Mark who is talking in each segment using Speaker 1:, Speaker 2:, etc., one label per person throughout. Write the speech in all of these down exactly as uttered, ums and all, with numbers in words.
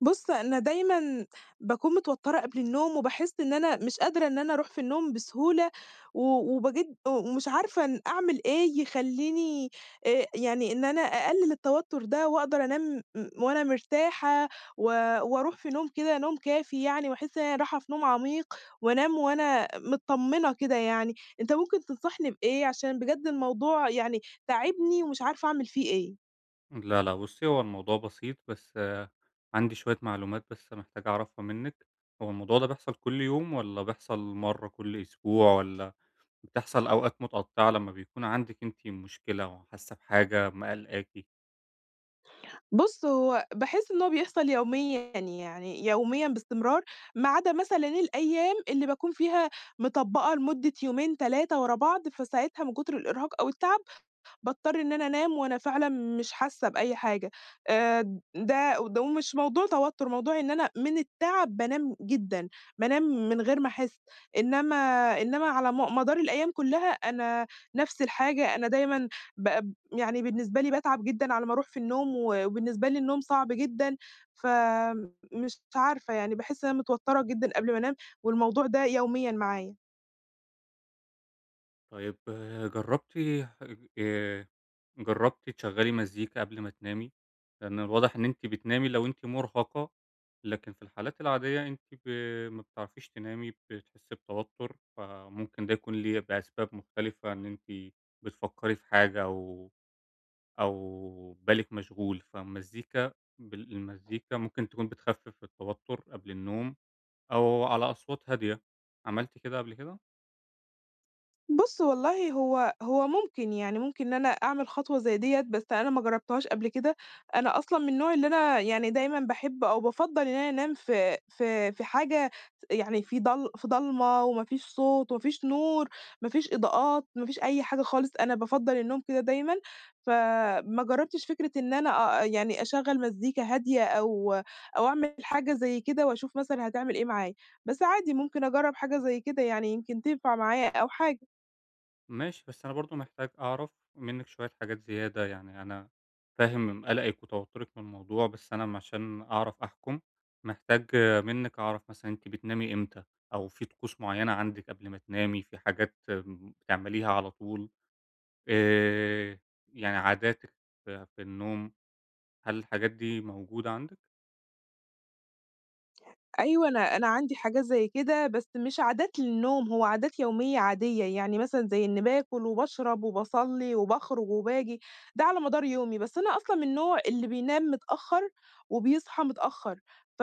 Speaker 1: بُص، أنا دايمًا باكون متوتّرة قبل النوم، وباحس إن أنا مش قادرة إن أنا أروح في النوم بسهولة، و وباجد ومش عارفة إن أعمل إيه يخلّيني آآ، يعني إن أنا أقلل التوتّر ده وأقدر أنام م وأنا مرتاحة، و وأروح في نوم كده نوم كافي يعني، وأحس إن أنا راحة في نوم عميق، وأنام وأنا متطمنة كده يعني. أنت ممكن تنصحني بإيه؟ عشان بجد الموضوع يعني تاعبني ومش عارفة أعمل فيه إيه.
Speaker 2: لا، لأ، بُصّي، هو الموضوع بسيط، بس آه، عندي شوية معلومات بس محتاج أعرفها منِّك. هو الموضوع ده بيحصل كل يوم والّا بيحصل مرّة كل أسبوع والّا بتحصل أوقات متقطّعة لمّا بيكون عندِك أنتِ مشكلة وحاسة بحاجة مقلقاكِ؟
Speaker 1: بُص، هو باحس إن هو بيحصل يوميًا يعني، يوميًا باستمرار، ما عدا مثلًا الأيام اللي باكون فيها مطبّقة لمدة يومين، ثلاثة ورا بعض، فساعتها من كتر الإرهاق أو التعب باضطر إن أنا أنام وأنا فعلًا مش حاسة بأي حاجة. آآ ده ده ومش موضوع توتر، موضوع إن أنا من التعب بانام جدًا، بانام من غير ما أحس. إنما إنما على م مدار الأيام كلها أنا نفس الحاجة، أنا دايمًا ب يعني بالنسبة لي باتعب جدًا على ما أروح في النوم، و وبالنسبة لي النوم صعب جدًا، فمش عارفة يعني باحس إن أنا متوترة جدًا قبل ما أنام، والموضوع ده يوميًا معايا.
Speaker 2: طيب جرّبتِ آآ جرّبتِ تشغّلي مزيكا قبل ما تنامي؟ لإن الواضح إن أنتِ بتنامي لو أنتِ مرهقة، لكن في الحالات العادية أنتِ ب ما بتعرفيش تنامي، بتحسّي بتوتُّر، فممكن ده يكون ليه بأسباب مختلفة إن أنتِ بتفكّري في حاجة أو أو بالِك مشغول، فالمزيكا بال المزيكا ممكن تكون بتخفِّف التوتُّر قبل النوم أو على أصوات هادية، عملتِ كده قبل كده؟
Speaker 1: بُص والله هو هو ممكن، يعني ممكن إن أنا أعمل خطوة زي ديّة، بس أنا ما جرّبتهاش قبل كده، أنا أصلًا من النوع اللي أنا يعني دايمًا باحب أو بافضّل إن أنا أنام في في في حاجة يعني في ضل في ضلمة وما فيش صوت وما فيش نور، ما فيش إضاءات، ما فيش أي حاجة خالص، أنا بافضّل النوم كده دايمًا، فما جرّبتش فكرة إن أنا أ يعني أشغّل مزيكا هادية أو أو أعمل حاجة زي كده وأشوف مثلًا هتعمل إيه معايا، بس عادي ممكن أجرّب حاجة زي كده يعني يمكن تنفع معايا أو حاجة.
Speaker 2: ماشي، بس أنا برضه محتاج أعرف منِّك شوية حاجات زيادة، يعني أنا فاهم قلقِك وتوتُّرِك من الموضوع، بس أنا عشان أعرف أحكُم، محتاج منِّك أعرف مثلًا أنتِ بتنامي إمتى، أو في طقوس معيّنة عندِك قبل ما تنامي، في حاجات م بتعمليها على طول، آآ يعني عاداتِك في في النوم، هل الحاجات دي موجودة عندِك؟
Speaker 1: أيوه، أنا أنا عندي حاجات زي كده، بس مش عادات للنوم، هو عادات يومية عادية، يعني مثلًا زي إني باكل وباشرب وباصلّي وباخرج وباجي، ده على مدار يومي، بس أنا أصلًا من النوع اللي بينام متأخّر وبيصحى متأخّر، ف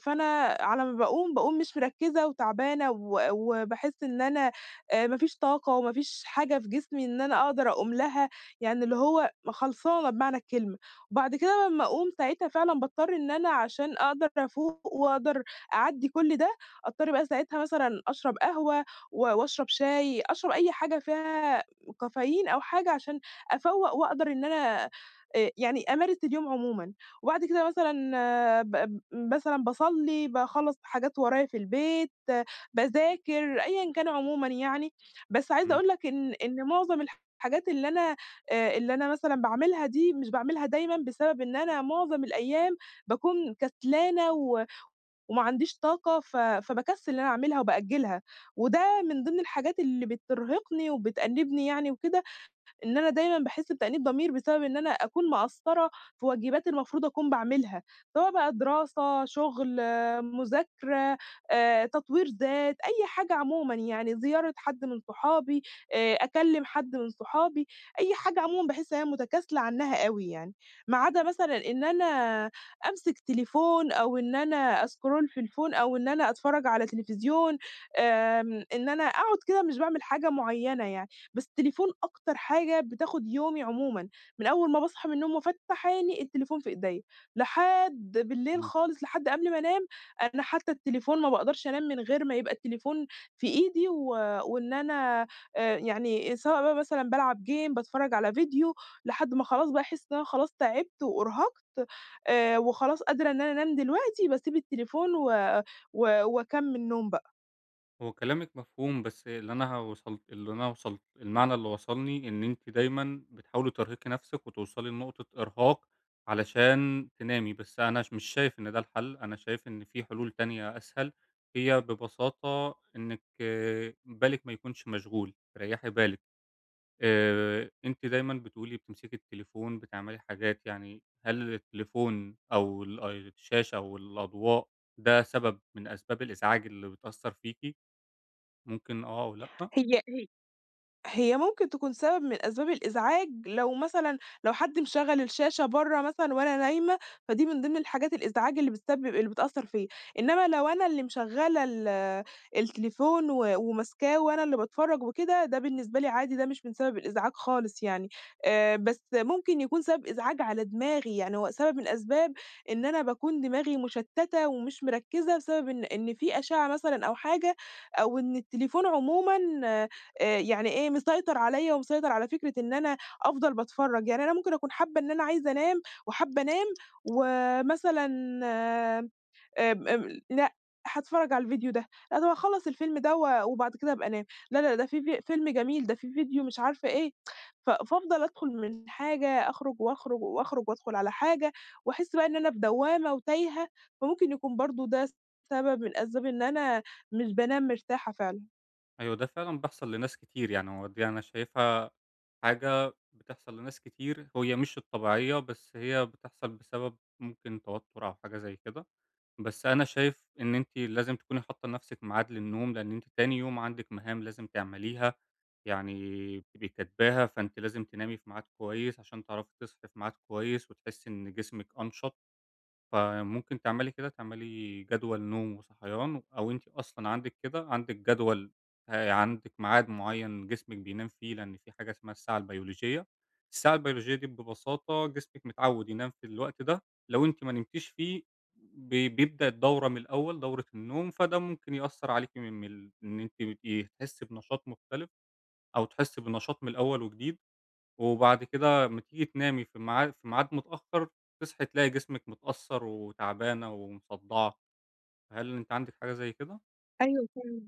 Speaker 1: فأنا على ما باقوم، باقوم مش مركّزة وتعبانة و وباحس إن أنا آآ ما فيش طاقة وما فيش حاجة في جسمي إن أنا أقدر أقوم لها، يعني اللي هو م خلصانة بمعنى الكلمة، وبعد كده لمّا أقوم ساعتها فعلًا باضطر إن أنا عشان أقدر أفوق وأقدر أعدّي كل ده، أضطر بقى ساعتها مثلًا أشرب قهوة و وأشرب شاي، أشرب أي حاجة فيها كافيين أو حاجة عشان أفوّق وأقدر إن أنا آآ يعني أمارس اليوم عمومًا. وبعد كده مثلًا آه، ب ب مثلًا باصلّي، باخلّص حاجات ورايا في البيت، باذاكر، أيًا كان عمومًا يعني. بس عايزة
Speaker 2: إمم،
Speaker 1: أقول لك إن إن معظم الحاجات اللي أنا آآ اللي أنا مثلًا باعملها دي مش باعملها دايمًا بسبب إن أنا معظم الأيام باكون كسلانة و وما عنديش طاقة ف فباكسّل إن أنا أعملها وبأجّلها، وده من ضمن الحاجات اللي بترهقني وبتأنّبني يعني وكده إن أنا دايمًا باحس بتأنيب ضمير بسبب إن أنا أكون مقصّرة في واجبات المفروض أكون باعملها، سواء بقى دراسة، شغل، آه، مذاكرة، آآ تطوير ذات، أي حاجة عمومًا يعني، زيارة حد من صحابي، آآ أكلّم حد من صحابي، أي حاجة عمومًا باحس إن أنا متكاسلة عنّها أوي يعني، ما عدا مثلًا إن أنا أمسك تليفون أو إن أنا أscroll في الفون أو إن أنا أتفرّج على تلفزيون، آمم إن أنا أقعد كده مش باعمل حاجة معيّنة يعني. بس التليفون أكتر حاجة بتاخد يومي عمومًا، من أول ما باصحى من النوم وافتح عيني التليفون في إيديّا، لحد بالليل
Speaker 2: إمم.
Speaker 1: خالص لحد قبل ما أنام، أنا حتى التليفون ما باقدرش أنام من غير ما يبقى التليفون في إيدي و وإن أنا آآ يعني سواء بقى مثلًا بالعب game، باتفرّج على فيديو، لحد ما خلاص بقى أحس إن أنا خلاص تعبت وأُرهقت آآ وخلاص قادرة إن أنا أنام دلوقتي، باسيب التليفون و و وأكمّل نوم بقى.
Speaker 2: هو كلامِك مفهوم، بس اللي أنا وصلت اللي أنا وصلت المعنى اللي وصلني إن أنتِ دايمًا بتحاولي ترهقي نفسِك وتوصلي لنقطة إرهاق علشان تنامي، بس أنا ش مش شايف إن ده الحل، أنا شايف إن في حلول تانية أسهل، هي ببساطة إنِّك آه، بالِك ما يكونش مشغول، ريّحي بالِك. آآ أنتِ دايمًا بتقولي بتمسكي التليفون، بتعملي حاجات، يعني هل التليفون أو ال الشاشة أو الأضواء ده سبب من أسباب الإزعاج اللي بتأثّر فيكِ؟ ممكن آه أو لأ،
Speaker 1: هي هي هي ممكن تكون سبب من أسباب الإزعاج لو مثلًا لو حد مشغّل الشاشة برّه مثلًا وأنا نايمة، فدي من ضمن الحاجات الإزعاج اللي بتسبب اللي بتأثّر فيّا، إنّما لو أنا اللي مشغّلة ال التليفون و وماسكاه وأنا اللي باتفرّج وكده، ده بالنسبة لي عادي، ده مش من سبب الإزعاج خالص يعني، آآ بس ممكن يكون سبب إزعاج على دماغي، يعني هو سبب من أسباب إن أنا باكون دماغي مشتّتة ومش مركّزة بسبب إن إن في أشعة مثلًا أو حاجة أو إن التليفون عمومًا آآ يعني إيه، مسيطر عليّا ومسيطر على فكرة إن أنا أفضل باتفرّج، يعني أنا ممكن أكون حابة إن أنا عايزة أنام وحابة أنام ومثلًا آمم، آمم، لأ هاتفرّج على الفيديو ده، لأ ده أنا هاخلّص الفيلم ده و وبعد كده أبقى أنام، لا، لا ده في في فيلم جميل، ده في فيديو مش عارفة إيه، ف فافضل أدخل من حاجة، أخرج وأخرج وأخرج وأدخل على حاجة وأحس بقى إن أنا في دوّامة وتايهة، فممكن يكون برضه ده سبب من أسباب إن أنا مش بانام مرتاحة فعلًا.
Speaker 2: أيوه ده فعلًا بيحصل لناس كتير، يعني هو دي أنا شايفها حاجة بتحصل لناس كتير، هي مش الطبيعية بس هي بتحصل بسبب ممكن توتر أو حاجة زي كده، بس أنا شايف إن أنتِ لازم تكوني حاطة لنفسِك ميعاد للنوم، لأن أنتِ تاني يوم عندِك مهام لازم تعمليها، يعني بتبقي كاتباها، فأنتِ لازم تنامي في ميعاد كويس عشان تعرفي تصحي في ميعاد كويس وتحسي إن جسمِك أنشط. فممكن تعملي كده، تعملي جدول نوم وصحيان، أو أنتِ أصلًا عندِك كده، عندِك جدول آآ عندِك ميعاد معيّن جسمِك بينام فيه، لإن في حاجة اسمها الساعة البيولوجية، الساعة البيولوجية دي ببساطة جسمِك متعوّد ينام في الوقت ده، لو أنتِ ما نمتيش فيه ب بيبدأ الدورة من الأول، دورة النوم، فده ممكن يأثّر عليكِ من من ال إن أنتِ بتبقي تحسّي بنشاط مختلف أو تحسّي بنشاط من الأول وجديد. وبعد كده أمّا تيجي تنامي في ميعاد في ميعاد متأخّر، تصحي تلاقي جسمِك متأثّر وتعبانة ومصدّعة، هل أنتِ عندِك حاجة زي كده؟
Speaker 1: أيوه فعلًا.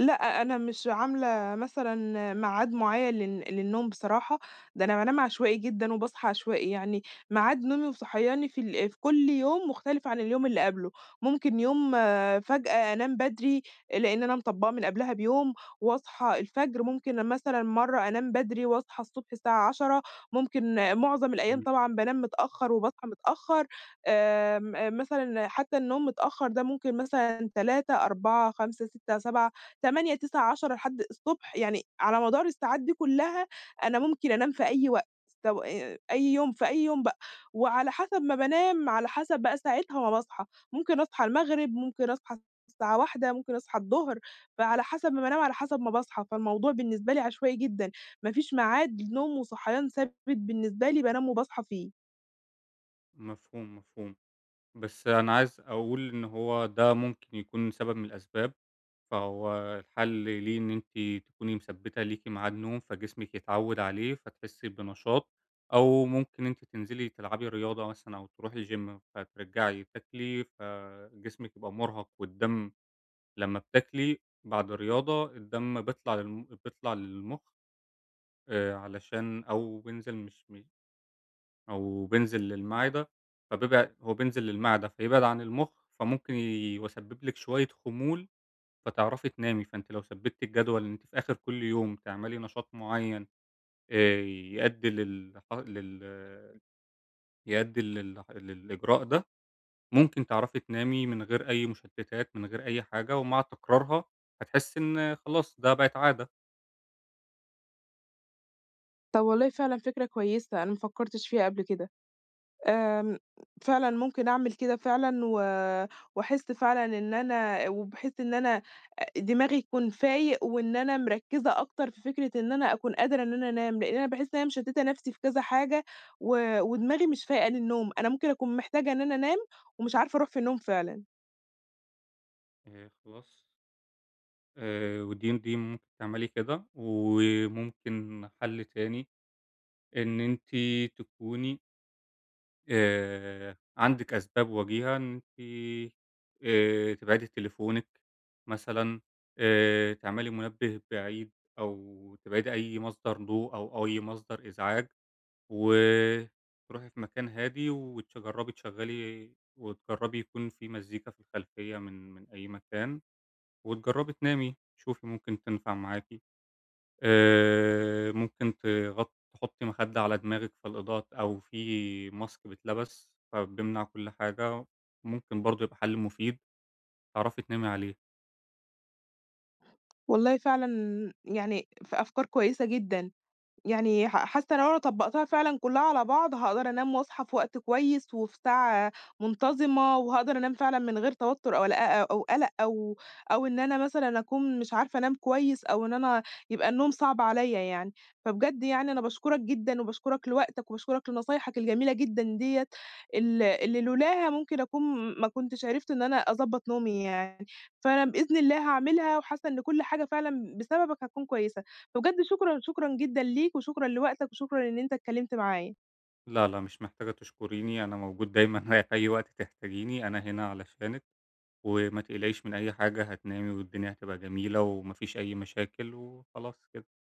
Speaker 1: لأ، أنا مش عاملة مثلًا ميعاد معيّن للن للنوم بصراحة، ده أنا بانام عشوائي جدًا وباصحى عشوائي، يعني ميعاد نومي وصحياني في ال في كل يوم مختلف عن اليوم اللي قبله، ممكن يوم آه، فجأة أنام بدري لإن أنا مطبّقة من قبلها بيوم واصحى الفجر، ممكن مثلًا مرّة أنام بدري واصحى الصبح الساعة عشرة، ممكن آه، معظم الأيام
Speaker 2: إمم.
Speaker 1: طبعًا بانام متأخّر وباصحى متأخّر، آمم، آمم، مثلًا حتى النوم متأخّر ده ممكن مثلًا تلاتة، أربعة، خمسة، ستة، سبعة. تمانية، تسعة، عشرة لحد الصبح، يعني على مدار الساعات دي كلّها أنا ممكن أنام في أي وقت، سو آآ أي يوم في أي يوم بقى، وعلى حسب ما بانام، على حسب بقى ساعتها ما باصحى، ممكن أصحى المغرب، ممكن أصحى الساعة الواحدة، ممكن أصحى الضهر، فعلى حسب ما بانام، على حسب ما باصحى، فالموضوع بالنسبة لي عشوائي جدًا، ما فيش ميعاد نوم وصحيان ثابت بالنسبة لي بانام وباصحى فيه.
Speaker 2: مفهوم، مفهوم. بس أنا عايز أقول إن هو ده ممكن يكون سبب من الأسباب، فهو الحل ليه إن أنتِ تكوني مثبّتة ليكِ ميعاد نوم، فجسمِك يتعوّد عليه فتحسّي بنشاط، أو ممكن أنتِ تنزلي تلعبي رياضة مثلًا أو تروحي الgym فترجعي تاكلي، فجسمِك يبقى مُرهَق والدم لمّا بتاكلي بعد الرياضة الدم بيطلع للم بيطلع للمُخ آآ علشان أو بينزل مش م أو بينزل للمعدة، فبيبعد هو بينزل للمعدة فيبعد عن المُخ، فممكن ي ويسبب لِك شوية خمول فتعرفي تنامي، فأنتِ لو ثبّتِ الجدول إن أنتِ في آخر كل يوم تعملي نشاط معيّن آآ يأدّي للح لل يأدّي للح للإجراء ده، ممكن تعرفي تنامي من غير أي مشتتات، من غير أي حاجة، ومع تكرارها هتحسّي إن خلاص ده بقت عادة.
Speaker 1: طب والله فعلًا فكرة كويسة، أنا ما فكّرتش فيها قبل كده. آمم، فعلًا ممكن أعمل كده فعلًا و وأحس فعلًا إن أنا وباحس إن أنا أ دماغي يكون فايق وإن أنا مركّزة أكتر في فكرة إن أنا أكون قادرة إن أنا أنام، لإن أنا باحس إن أنا مشتّتة نَفْسي في كذا حاجة و ودماغي مش فايقة للنوم، أنا ممكن أكون محتاجة إن أنا أنام ومش عارفة أروح في النوم فعلًا.
Speaker 2: آآ خلاص آآ ودي دي ممكن تعملي كده، وممكن حل تاني إن أنتِ تكوني آآ عندِك أسباب وجيهة إن أنتِ آآ تبعدي تليفونِك مثلًا، آآ تعملي منبه بعيد أو تبعدي أي مصدر ضوء أو أي مصدر إزعاج، وتروحي في مكان هادي وتجربي تشغّلي وتجربي يكون في مزيكا في الخلفية من من أي مكان. وتجرّبي تنامي، شوفي ممكن تنفع معاكِ، آآ ممكن تغط تحطّي مخدة على دماغِك فالإضاءة أو في ماسك بيتلبس فبيمنع كل حاجة، ممكن برضه يبقى حَل مفيد تعرفي تنامي عليه.
Speaker 1: والله فعلًا يعني ف أفكار كويسة جدًا. يعني ح حاسة لو أنا طبّقتها فعلًا كلّها على بعض، هاقدر أنام واصحى في وقت كويس وفي ساعة منتظمة، وهاقدر أنام فعلًا من غير توتر أو لأ أو قلق أو أو إن أنا مثلًا أكون مش عارفة أنام كويس أو إن أنا يبقى النوم صعب عليّا يعني. فبجد يعني أنا باشكرك جدًا، وباشكرك لوقتك، وباشكرك لنصايحك الجميلة جدًا ديّة ال اللي لولاها ممكن أكون ما كنتش عرفت إن أنا أضبّط نومي يعني. فأنا بإذن الله هاعملها، وحاسة إن كل حاجة فعلًا بسببك هتكون كويسة. فبجد شكرًا، شكرًا جدًا ليك وشكرًا لوقتك وشكرًا إن أنت اتكلمت معايا.
Speaker 2: لا، لا مش محتاجة تشكريني، أنا موجود دايمًا في أي وقت تحتاجيني أنا هنا علشانِك، وما تقلقيش من أي حاجة هتنامي والدنيا هتبقى جميلة وما فيش أي مشاكل وخلاص كده.